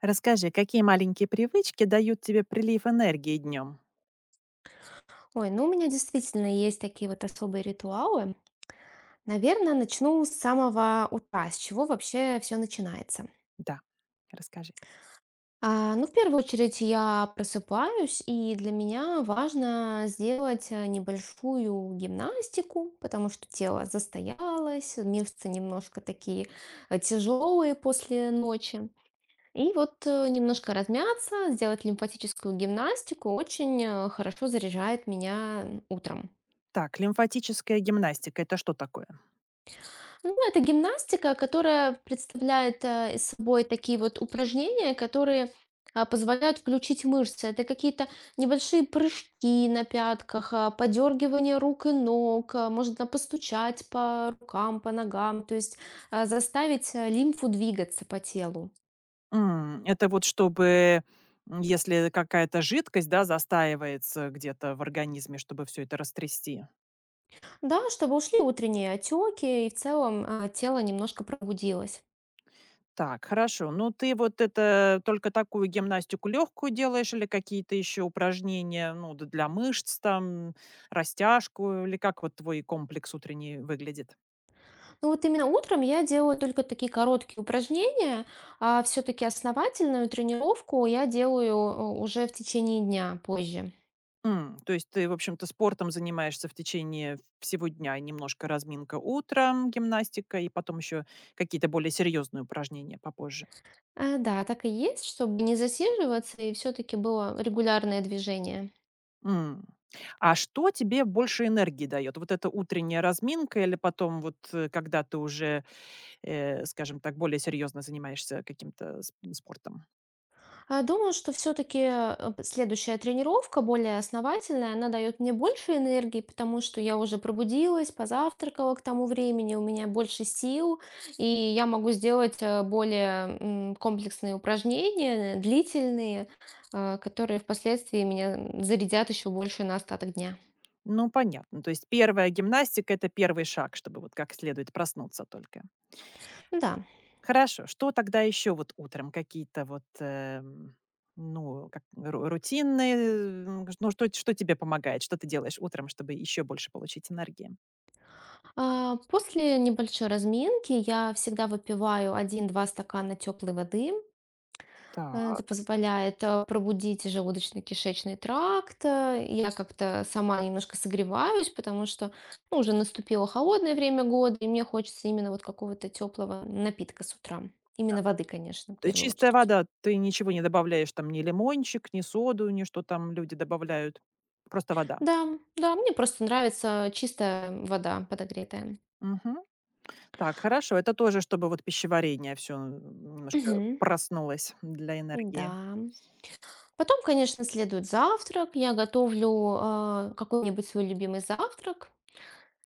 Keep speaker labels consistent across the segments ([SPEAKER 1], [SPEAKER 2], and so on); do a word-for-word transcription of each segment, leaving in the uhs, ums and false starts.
[SPEAKER 1] Расскажи, какие маленькие привычки дают тебе прилив энергии днем?
[SPEAKER 2] Ой, ну у меня действительно есть такие вот особые ритуалы. Наверное, начну с самого утра, с чего вообще все начинается.
[SPEAKER 1] Да, расскажи.
[SPEAKER 2] А, ну, в первую очередь я просыпаюсь, и для меня важно сделать э, небольшую гимнастику, потому что тело застоялось, мышцы немножко такие тяжелые после ночи. И вот э, немножко размяться, сделать лимфатическую гимнастику очень э, хорошо заряжает меня утром.
[SPEAKER 1] Так, лимфатическая гимнастика- это что такое?
[SPEAKER 2] Ну, это гимнастика, которая представляет э, из собой такие вот упражнения, которые а, позволяют включить мышцы. Это какие-то небольшие прыжки на пятках, а, подергивание рук и ног, а, можно постучать по рукам, по ногам, то есть а, заставить э, лимфу двигаться по телу.
[SPEAKER 1] М, это вот чтобы, м, если какая-то жидкость, да, застаивается где-то в организме, чтобы все это растрясти.
[SPEAKER 2] Да, чтобы ушли утренние отеки и в целом а, тело немножко пробудилось.
[SPEAKER 1] Так, хорошо. Ну, ты вот это только такую гимнастику легкую делаешь или какие-то еще упражнения, ну, д для мышц там, растяжку или как вот твой комплекс утренний выглядит?
[SPEAKER 2] Ну вот именно утром я делаю только такие короткие упражнения, а все-таки основательную тренировку я делаю э, уже в течение дня позже.
[SPEAKER 1] М, то есть ты, в общем-то, спортом занимаешься в течение всего дня, немножко разминка утром, гимнастика и потом еще какие-то более серьезные упражнения попозже.
[SPEAKER 2] Э, Да, так и есть, чтобы не засиживаться и все-таки было регулярное движение.
[SPEAKER 1] М. А что тебе больше энергии дает? Вот эта утренняя разминка или потом вот э, когда ты уже, э, скажем так, более серьезно занимаешься каким-то с- спортом?
[SPEAKER 2] А, Думаю, что все-таки следующая тренировка, более основательная, она дает мне больше энергии, потому что я уже пробудилась, позавтракала к тому времени, у меня больше сил, и я могу сделать э, более м, комплексные упражнения, э, длительные, э, которые впоследствии меня зарядят еще больше на остаток дня.
[SPEAKER 1] Ну, понятно. То есть первая гимнастика– это первый шаг, чтобы вот как следует проснуться только.
[SPEAKER 2] Да.
[SPEAKER 1] Хорошо. Что тогда еще вот утром? Какие-то вот, эм, ну, как ру рутинные, м, ш- ну, что что тебе помогает? Что ты делаешь утром, чтобы еще больше получить энергии?
[SPEAKER 2] А, После небольшой разминки я всегда выпиваю один-два стакана теплой воды. Э, Это
[SPEAKER 1] Так.
[SPEAKER 2] позволяет э, пробудить желудочно-кишечный тракт. э, Я как-то сама немножко согреваюсь, потому что ну, уже наступило холодное время года, и мне хочется именно вот какого-то теплого напитка с утра. Именно воды, конечно, в
[SPEAKER 1] Э,
[SPEAKER 2] первую
[SPEAKER 1] чистая
[SPEAKER 2] очередь.
[SPEAKER 1] вода. Ты ничего не добавляешь там, ни лимончик, ни соду, ни что там люди добавляют? Просто вода.
[SPEAKER 2] Да, да, мне просто нравится чистая вода подогретая.
[SPEAKER 1] Мгм. Так, хорошо. Это тоже, чтобы вот пищеварение все немножко
[SPEAKER 2] Мгм.
[SPEAKER 1] проснулось для
[SPEAKER 2] Да.
[SPEAKER 1] энергии.
[SPEAKER 2] Потом, конечно, следует завтрак. Я готовлю э, какой-нибудь свой любимый завтрак.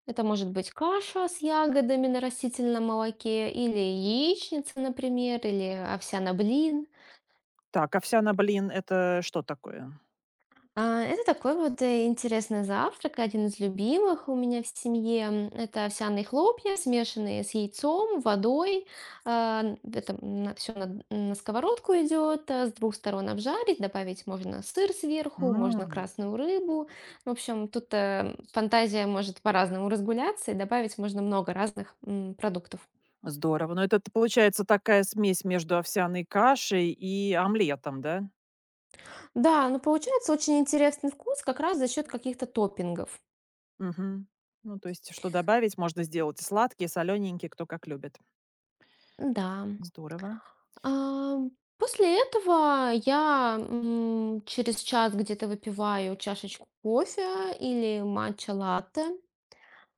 [SPEAKER 2] Это может быть каша с ягодами на растительном молоке, или яичница, например, или овсяный блин.
[SPEAKER 1] Так, овсяный блин- это что такое?
[SPEAKER 2] А, Это такой вот э, интересный завтрак, один из любимых у меня в семье. М, Это овсяные хлопья, смешанные с яйцом, водой. А, н- Это все на, на сковородку идет, а, с двух сторон обжарить, добавить можно сыр сверху, можно красную рыбу. В общем, тут э, фантазия может по-разному разгуляться, и добавить можно много разных м, продуктов.
[SPEAKER 1] Здорово. Но это т получается такая смесь между овсяной кашей и омлетом, да?
[SPEAKER 2] Да, но получается очень интересный вкус как раз за счет каких-то топпингов.
[SPEAKER 1] Мгм. Ну, то есть, что добавить, можно сделать и сладкие, и солёненькие, кто как любит.
[SPEAKER 2] Да.
[SPEAKER 1] Здорово.
[SPEAKER 2] А, После этого я м, через час где-то выпиваю чашечку кофе или матча латте.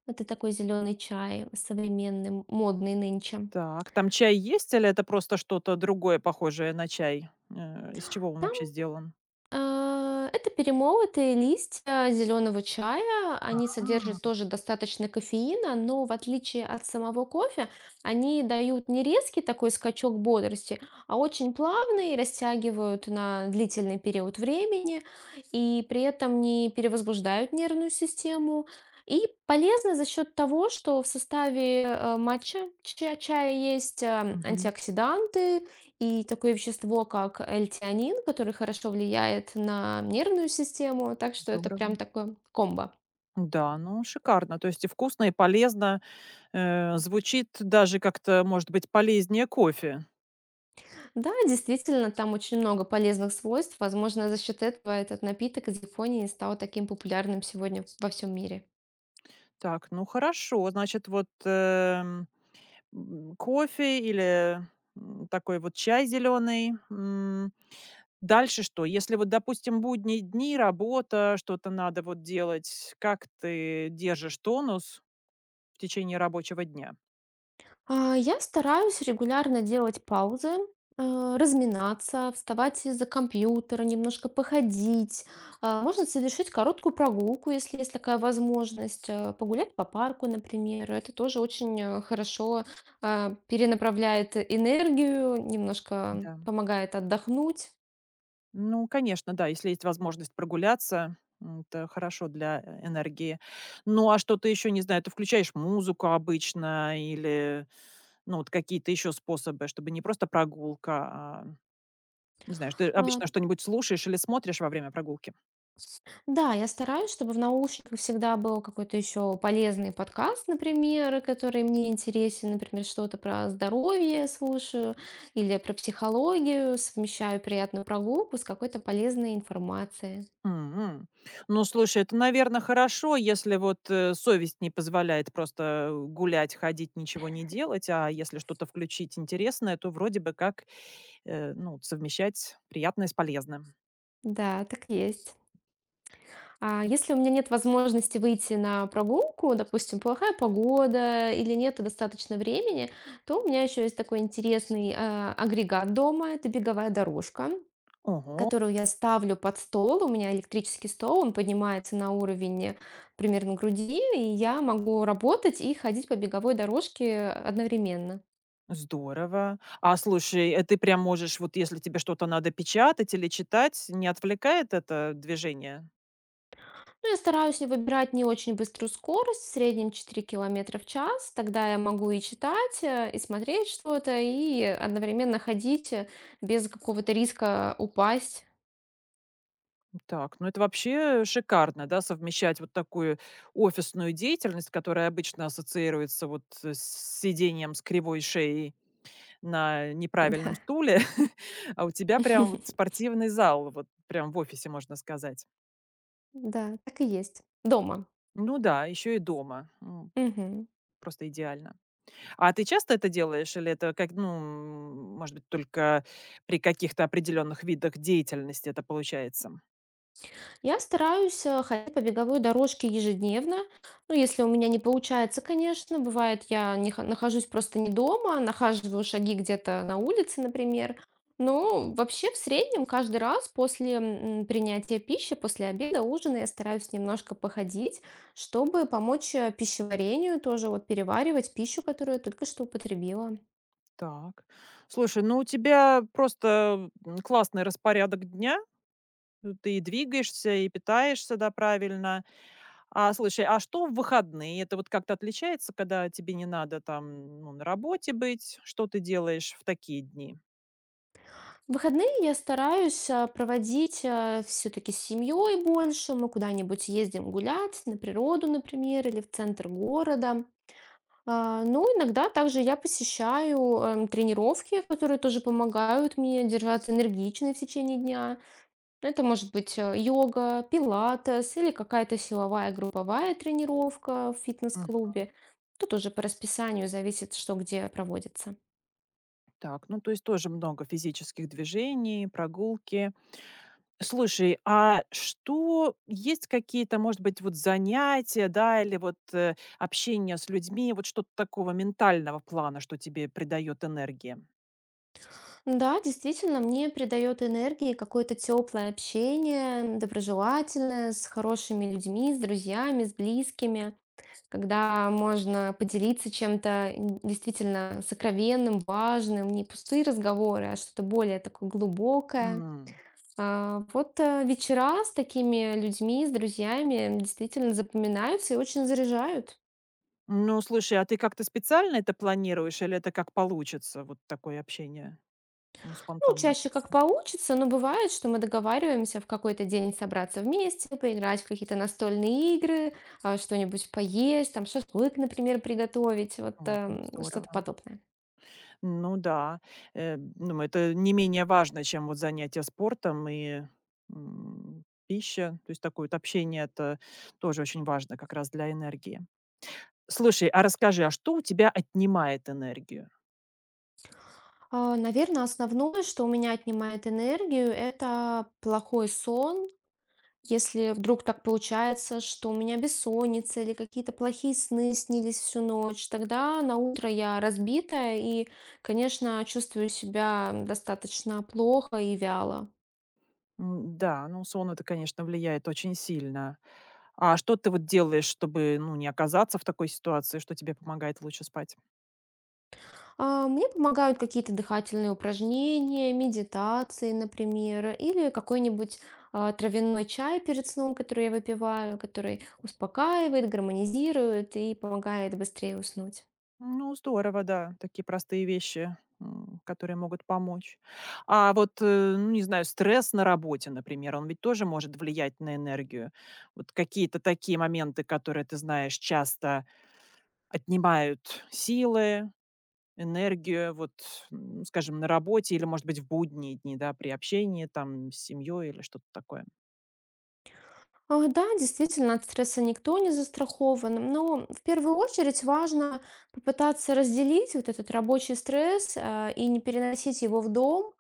[SPEAKER 2] Это такой зеленый чай современный, модный нынче.
[SPEAKER 1] Так, там чай есть или это просто что-то другое, похожее на чай? Э, из чего он вообще сделан?
[SPEAKER 2] А, Это перемолотые листья зеленого чая. Они содержат
[SPEAKER 1] А,
[SPEAKER 2] тоже достаточно кофеина, но в отличие от самого кофе, они дают не резкий такой скачок бодрости, а очень плавный, растягивают на длительный период времени и при этом не перевозбуждают нервную систему. И полезно за счет того, что в составе э, матча ча- чая есть э,
[SPEAKER 1] Мгм.
[SPEAKER 2] антиоксиданты, и такое вещество, как L-тианин, который хорошо влияет на нервную систему, так что это
[SPEAKER 1] Здорово.
[SPEAKER 2] прям такое комбо.
[SPEAKER 1] Да, ну, шикарно. То есть и вкусно, и полезно. Э, звучит даже как-то, может быть, полезнее кофе.
[SPEAKER 2] Да, действительно, там очень много полезных свойств. Возможно, за счет этого этот напиток из Японии стал таким популярным сегодня во всем мире.
[SPEAKER 1] Так, ну, хорошо. Значит, вот, эм М, кофе или, м, такой вот чай зеленый. Дальше что? Если вот, допустим, будние дни, работа, что-то надо вот делать, как ты держишь тонус в течение рабочего дня?
[SPEAKER 2] А, я стараюсь регулярно делать паузы, э, разминаться, вставать из-за компьютера, немножко походить. А, можно совершить короткую прогулку, если есть такая возможность, э, погулять по парку, например. Это тоже очень, э, хорошо, а, перенаправляет энергию, немножко
[SPEAKER 1] Да.
[SPEAKER 2] помогает отдохнуть.
[SPEAKER 1] Ну, конечно, да, если есть возможность прогуляться, м, это хорошо для, э, энергии. Ну, а что ты еще, не знаю, ты включаешь музыку обычно или, ну, вот какие-то еще способы, чтобы не просто прогулка, а, не знаю, что ты
[SPEAKER 2] А,
[SPEAKER 1] обычно что-нибудь слушаешь или смотришь во время прогулки?
[SPEAKER 2] Да, я стараюсь, чтобы в наушниках всегда был какой-то еще полезный подкаст, например, который мне интересен, например, что-то про здоровье слушаю или про психологию, совмещаю приятную прогулку с какой-то полезной информацией.
[SPEAKER 1] М. Ну, слушай, это, наверное, хорошо, если вот, э, совесть не позволяет просто гулять, ходить, ничего не делать, а если что-то включить интересное, то вроде бы как, э, ну, совмещать приятное с полезным.
[SPEAKER 2] Да, так и есть. А если у меня нет возможности выйти на прогулку, допустим, плохая погода или нет достаточно времени, то у меня еще есть такой интересный э, агрегат дома, это беговая дорожка.
[SPEAKER 1] Ого,
[SPEAKER 2] Которую я ставлю под стол. У меня электрический стол, он поднимается на уровень примерно груди, и я могу работать и ходить по беговой дорожке одновременно.
[SPEAKER 1] здорово. А слушай, э, ты прям можешь, вот если тебе что-то надо печатать или читать, не отвлекает это движение?
[SPEAKER 2] Ну, я стараюсь не выбирать не очень быструю скорость, в среднем четыре километра в час. Тогда я могу и читать, э, и смотреть что-то, и одновременно ходить э, без какого-то риска упасть.
[SPEAKER 1] Так, ну это вообще э, шикарно, да, совмещать вот такую офисную деятельность, которая обычно ассоциируется вот э, с сидением с кривой шеей на неправильном
[SPEAKER 2] Да.
[SPEAKER 1] стуле, а у тебя прям вот спортивный зал, вот прям в офисе, можно сказать.
[SPEAKER 2] Да, так и есть. Дома.
[SPEAKER 1] Ну да, еще и дома. М,
[SPEAKER 2] Мгм.
[SPEAKER 1] Просто идеально. А ты часто это делаешь, или это как, ну, м, может быть, только при каких-то определенных видах деятельности это получается?
[SPEAKER 2] Я стараюсь э, ходить по беговой дорожке ежедневно. Ну, если у меня не получается, конечно, бывает, я не ха- нахожусь просто не дома, нахаживаю шаги где-то на улице, например. Но вообще в среднем каждый раз после м, принятия пищи, после обеда, ужина я стараюсь немножко походить, чтобы помочь э, пищеварению тоже вот переваривать пищу, которую я только что употребила.
[SPEAKER 1] Так. Слушай, ну у тебя просто, м, классный распорядок дня. Ну, ты и двигаешься, и питаешься, да, правильно. А слушай, а что в выходные? Это вот как-то отличается, когда тебе не надо там, ну, на работе быть? Что ты делаешь в такие дни?
[SPEAKER 2] Выходные я стараюсь, а, проводить, а, все-таки с семьей больше. Мы куда-нибудь ездим гулять, на природу, например, или в центр города. А, Ну, иногда также я посещаю эм, тренировки, которые тоже помогают мне держаться энергичной в течение дня. Это может быть э, йога, пилатес или какая-то силовая групповая тренировка в
[SPEAKER 1] Мгм.
[SPEAKER 2] фитнес-клубе. Тут уже по расписанию зависит, что где проводится.
[SPEAKER 1] Так, ну, то есть тоже много физических движений, прогулки. Слушай, а что есть какие-то, может быть, вот занятия, да, или вот э, общение с людьми, вот что-то такого ментального плана, что тебе придает энергии?
[SPEAKER 2] Да, действительно, мне придает энергии какое-то теплое общение, доброжелательное, с хорошими людьми, с друзьями, с близкими, когда можно поделиться чем-то н- действительно сокровенным, важным, не пустые разговоры, а что-то более такое глубокое.
[SPEAKER 1] М.
[SPEAKER 2] А, Вот э, вечера с такими людьми, с друзьями действительно запоминаются и очень заряжают.
[SPEAKER 1] Ну, слушай, а ты как-то специально это планируешь, или это как получится, вот такое общение? Ну,
[SPEAKER 2] Ну,
[SPEAKER 1] спонтанно
[SPEAKER 2] чаще как
[SPEAKER 1] как-то.
[SPEAKER 2] получится, но бывает, что мы договариваемся в какой-то день собраться вместе, поиграть в какие-то настольные игры, а, что-нибудь поесть, там шашлык, например, приготовить, вот
[SPEAKER 1] М, ну,
[SPEAKER 2] эм, что-то
[SPEAKER 1] здорово.
[SPEAKER 2] подобное.
[SPEAKER 1] Ну да. Э, ну, это не менее важно, чем вот занятия спортом и м, пища. То есть такое вот общение это тоже очень важно как раз для энергии. Слушай, а расскажи, а что у тебя отнимает энергию?
[SPEAKER 2] Наверное, основное, что у меня отнимает энергию, это плохой сон. Если вдруг так получается, что у меня бессонница или какие-то плохие сны снились всю ночь, тогда на утро я разбитая и, конечно, чувствую себя достаточно плохо и вяло.
[SPEAKER 1] М, да, ну, сон- это, конечно, влияет очень сильно. А что ты вот делаешь, чтобы, ну, не оказаться в такой ситуации, что тебе помогает лучше спать?
[SPEAKER 2] А, Мне помогают какие-то дыхательные упражнения, медитации, например, или какой-нибудь а, травяной чай перед сном, который я выпиваю, который успокаивает, гармонизирует и помогает быстрее уснуть.
[SPEAKER 1] Ну, здорово, да, такие простые вещи, м, которые могут помочь. А вот, э, ну, не знаю, стресс на работе, например, он ведь тоже может влиять на энергию. Вот какие-то такие моменты, которые, ты знаешь, часто отнимают силы, энергию, вот, м, скажем, на работе или, может быть, в будние дни, да, при общении там с семьей или что-то такое.
[SPEAKER 2] А, Да, действительно, от стресса никто не застрахован, но в первую очередь важно попытаться разделить вот этот рабочий стресс а, и не переносить его в дом.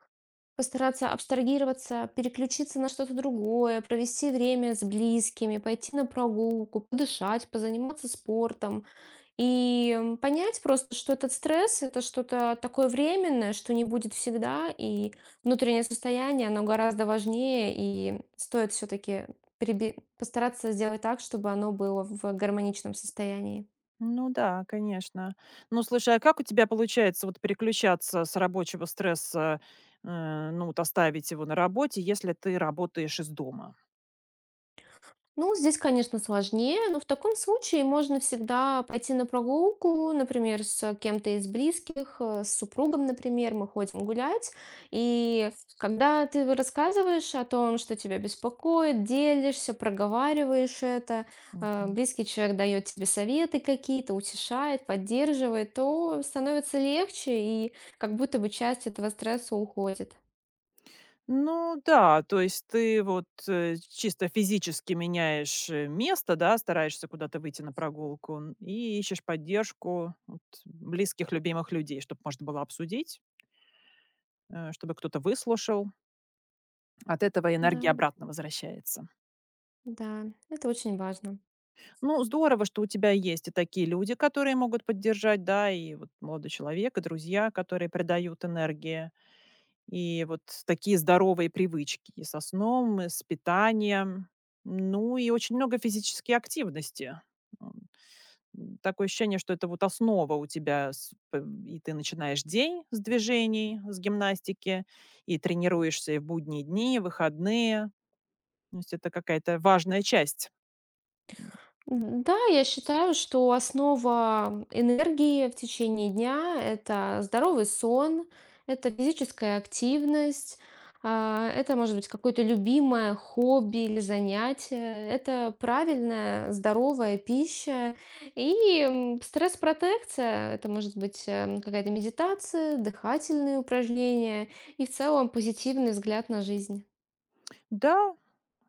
[SPEAKER 2] Постараться абстрагироваться, переключиться на что-то другое, провести время с близкими, пойти на прогулку, подышать, позаниматься спортом. И м, понять просто, что этот стресс — это что-то такое временное, что не будет всегда, и внутреннее состояние, оно гораздо важнее, и стоит все-таки постараться сделать так, чтобы оно было в гармоничном состоянии.
[SPEAKER 1] Ну да, конечно. Ну, слушай, а как у тебя получается вот переключаться с рабочего стресса, э, ну, вот оставить его на работе, если ты работаешь из дома?
[SPEAKER 2] Ну, здесь, конечно, сложнее, но в таком случае можно всегда пойти на прогулку, например, с кем-то из близких, э, с супругом, например, мы ходим гулять. И когда ты рассказываешь о том, что тебя беспокоит, делишься, проговариваешь это, э,
[SPEAKER 1] Мгм.
[SPEAKER 2] близкий человек дает тебе советы какие-то, утешает, поддерживает, то становится легче и как будто бы часть этого стресса уходит.
[SPEAKER 1] Ну да, то есть ты вот э, чисто физически меняешь э, место, да, стараешься куда-то выйти на прогулку н- и ищешь поддержку вот, близких, любимых людей, чтобы можно было обсудить э, чтобы кто-то выслушал. От этого
[SPEAKER 2] Да,
[SPEAKER 1] энергия обратно возвращается.
[SPEAKER 2] да, это очень важно.
[SPEAKER 1] Ну, здорово, что у тебя есть и такие люди, которые могут поддержать, да, и вот молодой человек, и друзья, которые придают энергии. И вот такие здоровые привычки и со сном, и с питанием. Ну, и очень много физической активности. М, Такое ощущение, что это вот основа у тебя, с- п- и ты начинаешь день с движений, с гимнастики, и тренируешься и в будние дни, и в выходные. То есть это какая-то важная часть.
[SPEAKER 2] М, Да, я считаю, что основа энергии в течение дня – это здоровый сон, это физическая активность, а, это может быть какое-то любимое хобби или занятие, это правильная, здоровая пища и м, стресс-протекция. Это может быть эм, какая-то медитация, дыхательные упражнения и в целом позитивный взгляд на жизнь.
[SPEAKER 1] Да,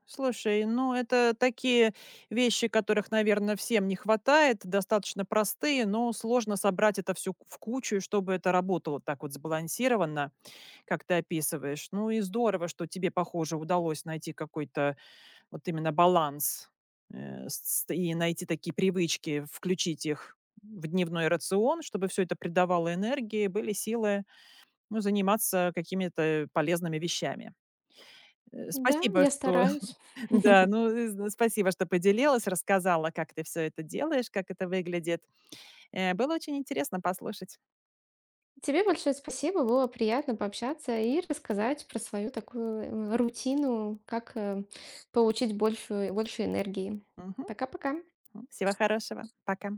[SPEAKER 1] слушай, ну, это такие вещи, которых, наверное, всем не хватает, достаточно простые, но сложно собрать это все в кучу, и чтобы это работало так вот сбалансированно, как ты описываешь. Ну и здорово, что тебе, похоже, удалось найти какой-то вот именно баланс, э, с и найти такие привычки, включить их в дневной рацион, чтобы все это придавало энергии, были силы, ну, заниматься какими-то полезными вещами. Э,
[SPEAKER 2] Да,
[SPEAKER 1] спасибо,
[SPEAKER 2] я
[SPEAKER 1] что
[SPEAKER 2] стараюсь.
[SPEAKER 1] Да, ну, э, спасибо, что поделилась, рассказала, как ты все это делаешь, как это выглядит. Э, было очень интересно послушать.
[SPEAKER 2] Тебе большое спасибо, было приятно пообщаться и рассказать про свою такую м, рутину, как э, получить большую, больше энергии.
[SPEAKER 1] Мгм.
[SPEAKER 2] Пока-пока.
[SPEAKER 1] Всего хорошего. Пока.